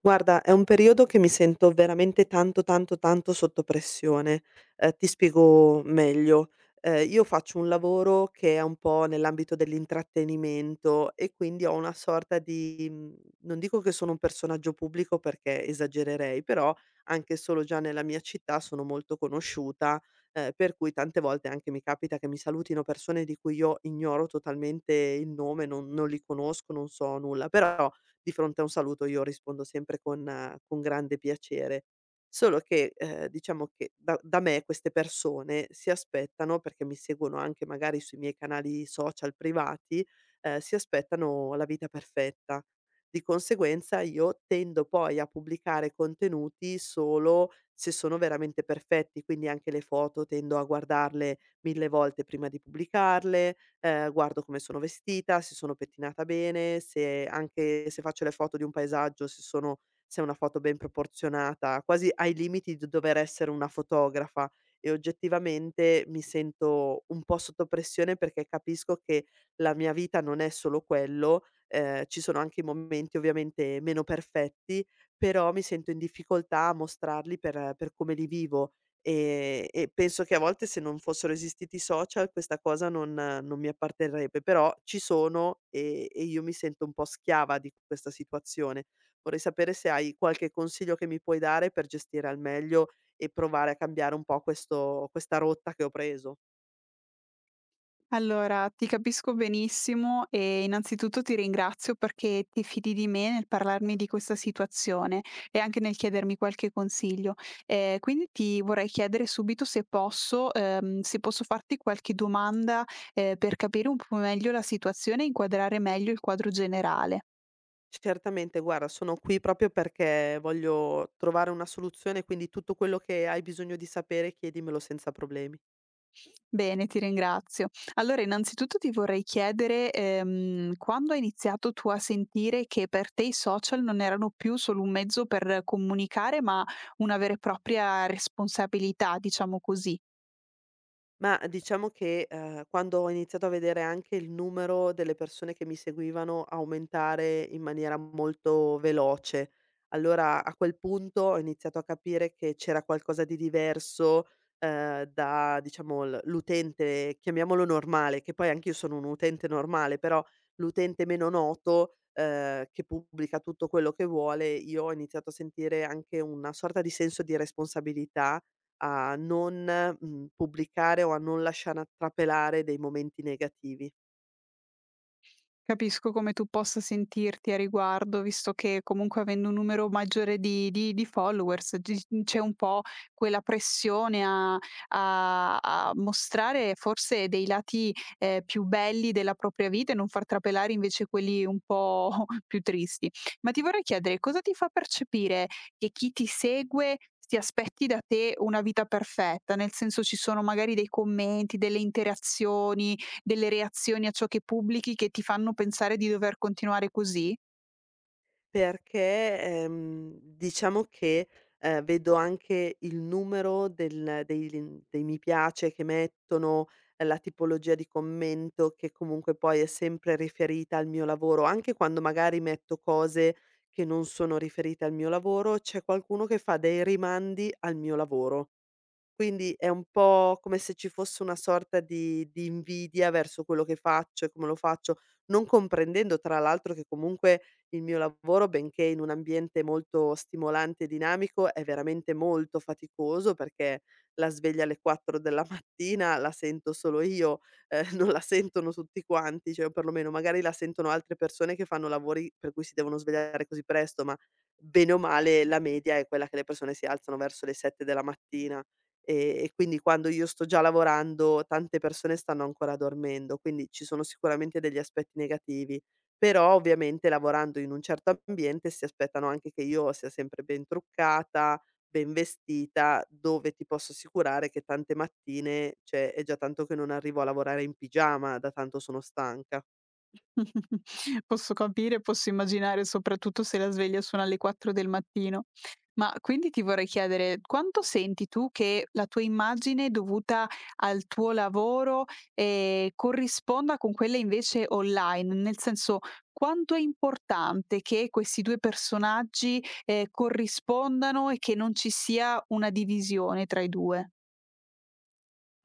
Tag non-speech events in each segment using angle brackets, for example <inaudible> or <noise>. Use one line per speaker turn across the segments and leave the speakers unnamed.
Guarda, è un periodo che mi sento veramente tanto, tanto, tanto sotto pressione. Ti spiego meglio. Io faccio un lavoro che è un po' nell'ambito dell'intrattenimento e quindi ho una sorta di non dico che sono un personaggio pubblico perché esagererei, però anche solo già nella mia città sono molto conosciuta, per cui tante volte anche mi capita che mi salutino persone di cui io ignoro totalmente il nome, non li conosco, non so nulla, però di fronte a un saluto io rispondo sempre con grande piacere. Solo che, diciamo che da me queste persone si aspettano, perché mi seguono anche magari sui miei canali social privati, si aspettano la vita perfetta. Di conseguenza io tendo poi a pubblicare contenuti solo se sono veramente perfetti, quindi anche le foto tendo a guardarle 1000 volte prima di pubblicarle, guardo come sono vestita, se sono pettinata bene, se anche se faccio le foto di un paesaggio, se sono se è una foto ben proporzionata, quasi ai limiti di dover essere una fotografa, e oggettivamente mi sento un po' sotto pressione perché capisco che la mia vita non è solo quello. Ci sono anche i momenti ovviamente meno perfetti, però mi sento in difficoltà a mostrarli per come li vivo. E penso che a volte se non fossero esistiti i social questa cosa non mi apparterrebbe, però ci sono e io mi sento un po' schiava di questa situazione. Vorrei sapere se hai qualche consiglio che mi puoi dare per gestire al meglio e provare a cambiare un po' questo questa rotta che ho preso.
Allora, ti capisco benissimo e innanzitutto ti ringrazio perché ti fidi di me nel parlarmi di questa situazione e anche nel chiedermi qualche consiglio. Quindi ti vorrei chiedere subito se posso, se posso farti qualche domanda, per capire un po' meglio la situazione e inquadrare meglio il quadro generale.
Certamente, guarda, sono qui proprio perché voglio trovare una soluzione, quindi tutto quello che hai bisogno di sapere chiedimelo senza problemi.
Bene, ti ringrazio. Allora, innanzitutto ti vorrei chiedere, quando hai iniziato tu a sentire che per te i social non erano più solo un mezzo per comunicare, ma una vera e propria responsabilità, diciamo così?
Ma diciamo che, quando ho iniziato a vedere anche il numero delle persone che mi seguivano aumentare in maniera molto veloce, allora a quel punto ho iniziato a capire che c'era qualcosa di diverso, da diciamo l'utente, chiamiamolo normale, che poi anch'io sono un utente normale, però l'utente meno noto, che pubblica tutto quello che vuole, io ho iniziato a sentire anche una sorta di senso di responsabilità a non, pubblicare o a non lasciare attrapelare dei momenti negativi,
Capisco come tu possa sentirti a riguardo, visto che comunque avendo un numero maggiore di followers c'è un po' quella pressione a mostrare forse dei lati più belli della propria vita e non far trapelare invece quelli un po' <laughs> più tristi. Ma ti vorrei chiedere cosa ti fa percepire che chi ti segue ti aspetti da te una vita perfetta, nel senso ci sono magari dei commenti, delle interazioni, delle reazioni a ciò che pubblichi che ti fanno pensare di dover continuare così?
perché, diciamo che, vedo anche il numero del dei lin dei mi piace che mettono, la tipologia di commento che comunque poi è sempre riferita al mio lavoro, anche quando magari metto cose che non sono riferite al mio lavoro, c'è qualcuno che fa dei rimandi al mio lavoro. Quindi è un po' come se ci fosse una sorta di invidia verso quello che faccio e come lo faccio, non comprendendo tra l'altro che comunque il mio lavoro, benché in un ambiente molto stimolante e dinamico, è veramente molto faticoso perché la sveglia alle 4 della <laughs> mattina la sento solo io, <laughs> non la sentono tutti quanti, cioè, o perlomeno magari la sentono altre persone che fanno lavori per cui si devono svegliare così presto, ma bene o male la media è quella che le persone si alzano verso le 7 della mattina. E quindi quando io sto già lavorando, tante persone stanno ancora dormendo, quindi ci sono sicuramente degli aspetti negativi. Però ovviamente lavorando in un certo ambiente si aspettano anche che io sia sempre ben truccata, ben vestita, dove ti posso assicurare che tante mattine, cioè, è già tanto che non arrivo a lavorare in pigiama, da tanto sono stanca.
<laughs> Posso capire, posso immaginare, soprattutto se la sveglia suona alle 4 del mattino. Ma quindi ti vorrei chiedere, quanto senti tu che la tua immagine dovuta al tuo lavoro, corrisponda con quella invece online? Nel senso, quanto è importante che questi 2 personaggi, corrispondano e che non ci sia una divisione tra i 2?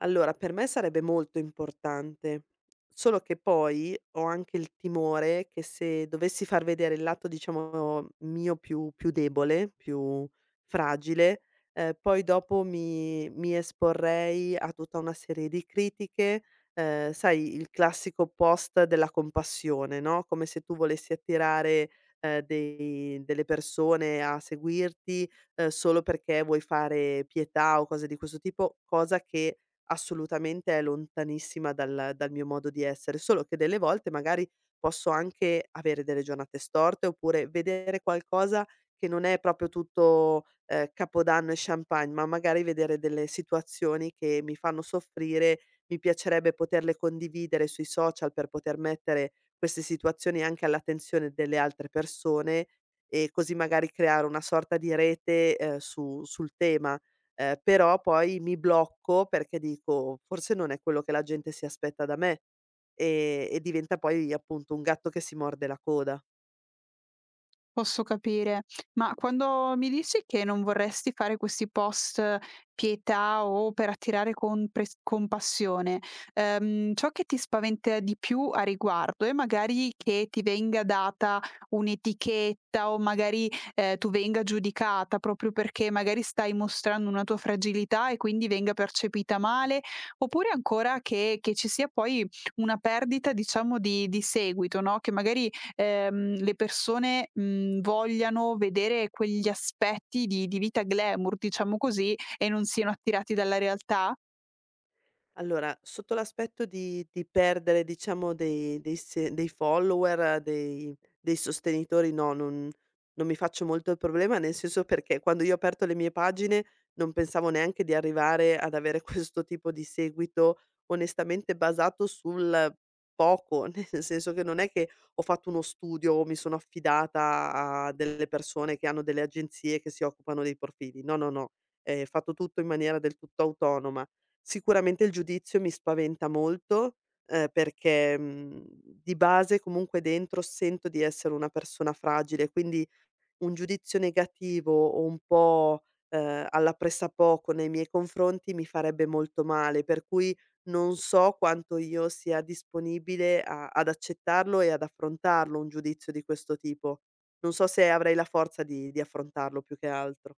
Allora, per me sarebbe molto importante, solo che poi ho anche il timore che se dovessi far vedere il lato, diciamo, mio più debole, più fragile, poi dopo mi esporrei a tutta una serie di critiche, sai, il classico post della compassione, no, come se tu volessi attirare, dei delle persone a seguirti, solo perché vuoi fare pietà o cose di questo tipo, cosa che assolutamente è lontanissima dal mio modo di essere, solo che delle volte magari posso anche avere delle giornate storte, oppure vedere qualcosa che non è proprio tutto, capodanno e champagne, ma magari vedere delle situazioni che mi fanno soffrire, mi piacerebbe poterle condividere sui social per poter mettere queste situazioni anche all'attenzione delle altre persone, e così magari creare una sorta di rete, su sul tema. Però poi mi blocco perché dico: "Forse non è quello che la gente si aspetta da me", e diventa poi appunto un gatto che si morde la coda.
Posso capire. Ma quando mi dici che non vorresti fare questi post pietà o per attirare compres compassione, ciò che ti spaventa di più a riguardo è magari che ti venga data un'etichetta o magari, tu venga giudicata proprio perché magari stai mostrando una tua fragilità e quindi venga percepita male, oppure ancora che ci sia poi una perdita diciamo di seguito, no, che magari le persone, mhmm, vogliano vedere quegli aspetti di vita glamour, diciamo così, e non siano attirati dalla realtà?
Allora, sotto l'aspetto di perdere diciamo dei dei se dei follower, dei sostenitori, no, non non mi faccio molto il problema, nel senso, perché quando io ho aperto le mie pagine non pensavo neanche di arrivare ad avere <laughs> questo tipo di seguito, onestamente basato sul poco, <laughs> nel senso che non è che ho fatto uno studio o mi sono affidata a delle persone che hanno delle agenzie che si occupano dei profili. No, no, no, è fatto tutto in maniera del tutto autonoma. Sicuramente il giudizio mi spaventa molto, perché, di base comunque dentro sento di essere una persona fragile, quindi un giudizio negativo o un po', alla pressapoco nei miei confronti mi farebbe molto male, per cui non so quanto io sia disponibile a ad accettarlo e ad affrontarlo un giudizio di questo tipo. Non so se avrei la forza di affrontarlo più che altro.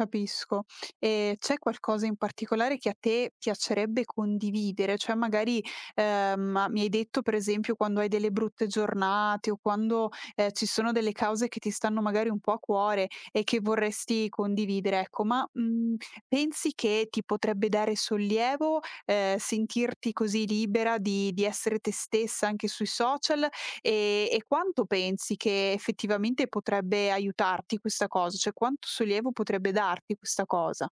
Capisco. E c'è qualcosa in particolare che a te piacerebbe condividere? Cioè magari, ma mi hai detto per esempio quando hai delle brutte giornate o quando, ci sono delle cause che ti stanno magari un po' a cuore e che vorresti condividere, ecco, ma, mhmm, pensi che ti potrebbe dare sollievo, sentirti così libera di essere te stessa anche sui social. E quanto pensi che effettivamente potrebbe aiutarti questa cosa? Cioè, quanto sollievo potrebbe darti questa cosa?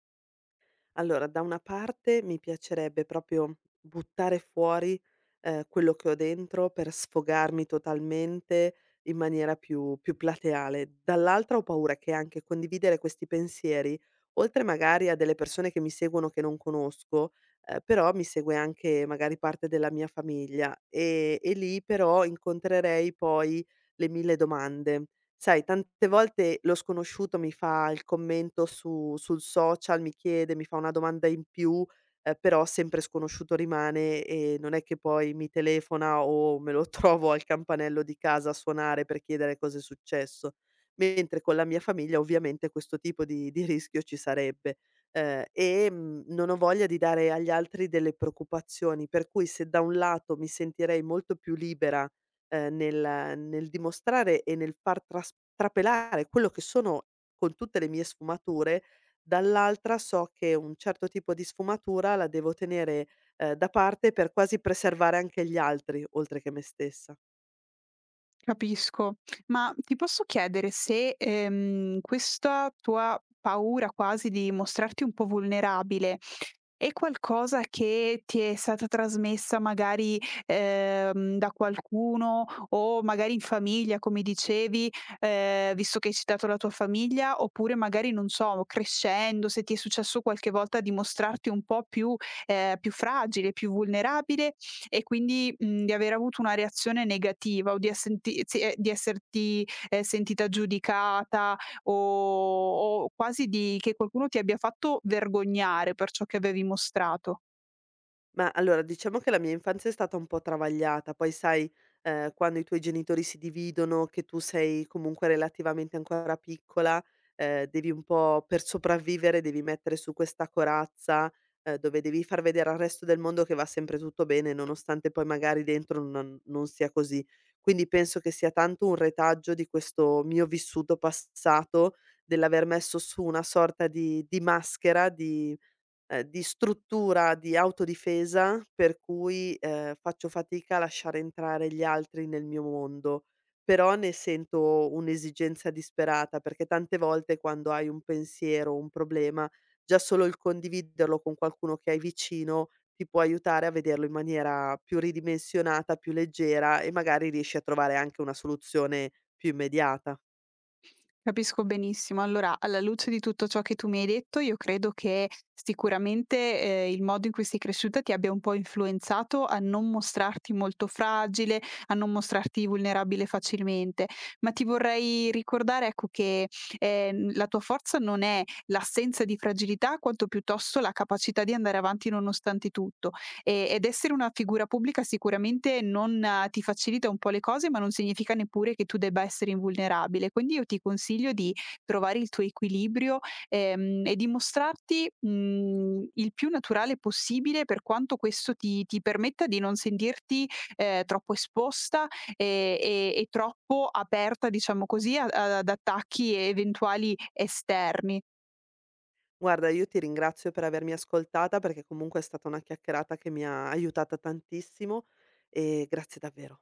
Allora, da una parte mi piacerebbe proprio buttare fuori, quello che ho dentro per sfogarmi totalmente in maniera più plateale. Dall'altra ho paura che anche condividere questi pensieri, oltre magari a delle persone che mi seguono che non conosco, però mi segue anche magari parte della mia famiglia, e lì però incontrerei poi le 1000 domande. Sai, tante volte lo sconosciuto mi fa il commento su sul social, mi chiede, mi fa una domanda in più, però sempre sconosciuto rimane e non è che poi mi telefona o me lo <laughs> trovo al campanello di casa a suonare per chiedere cosa è successo. Mentre con la mia famiglia ovviamente questo tipo di rischio ci sarebbe. Non ho voglia di dare agli altri delle preoccupazioni, per cui se da un lato mi sentirei molto più libera nel dimostrare e nel far tras trapelare quello che sono, con tutte le mie sfumature, dall'altra so che un certo tipo di sfumatura la devo tenere, da parte per quasi preservare anche gli altri, oltre che me stessa.
Capisco. Ma ti posso chiedere se, questa tua paura quasi di mostrarti un po' vulnerabile è qualcosa che ti è stata trasmessa magari, da qualcuno o magari in famiglia, come dicevi, visto che hai citato la tua famiglia, oppure magari, non so, crescendo, se ti è successo qualche volta di mostrarti un po' più più fragile, più vulnerabile e quindi, mhmm, di aver avuto una reazione negativa o di essenti si di esserti, sentita giudicata o quasi di che qualcuno ti abbia fatto vergognare per ciò che avevi mostrato.
Ma allora, diciamo che la mia infanzia è stata un po' travagliata, poi sai, quando i tuoi genitori si dividono, che tu sei comunque relativamente ancora piccola, devi un po' per sopravvivere, devi mettere su questa corazza, dove devi far vedere al resto del mondo che va sempre tutto bene, nonostante poi magari dentro non sia così. Quindi penso che sia tanto un retaggio di questo mio vissuto passato, dell'aver messo su una sorta di maschera, di struttura di autodifesa per cui, faccio fatica a lasciare entrare gli altri nel mio mondo, però ne sento un'esigenza disperata, perché tante volte quando hai un pensiero, un problema, già solo il condividerlo con qualcuno che hai vicino ti può aiutare a vederlo in maniera più ridimensionata, più leggera e magari riesci a trovare anche una soluzione più immediata.
Capisco benissimo. Allora, alla luce di tutto ciò che tu mi hai detto, io credo che sicuramente il modo in cui sei cresciuta ti abbia un po' influenzato a non mostrarti molto fragile, a non mostrarti vulnerabile facilmente. Ma ti vorrei ricordare, ecco, che la tua forza non è l'assenza di fragilità, quanto piuttosto la capacità di andare avanti nonostante tutto. Ed essere una figura pubblica sicuramente non ti facilita un po' le cose, ma non significa neppure che tu debba essere invulnerabile. Quindi io ti consiglio di trovare il tuo equilibrio, e di mostrarti, mhmm, il più naturale possibile per quanto questo ti permetta di non sentirti, troppo esposta, ehm, e troppo aperta, diciamo così, a ad attacchi eventuali esterni.
Guarda, io ti ringrazio per avermi ascoltata perché comunque è stata una chiacchierata che mi ha aiutata tantissimo, e grazie davvero.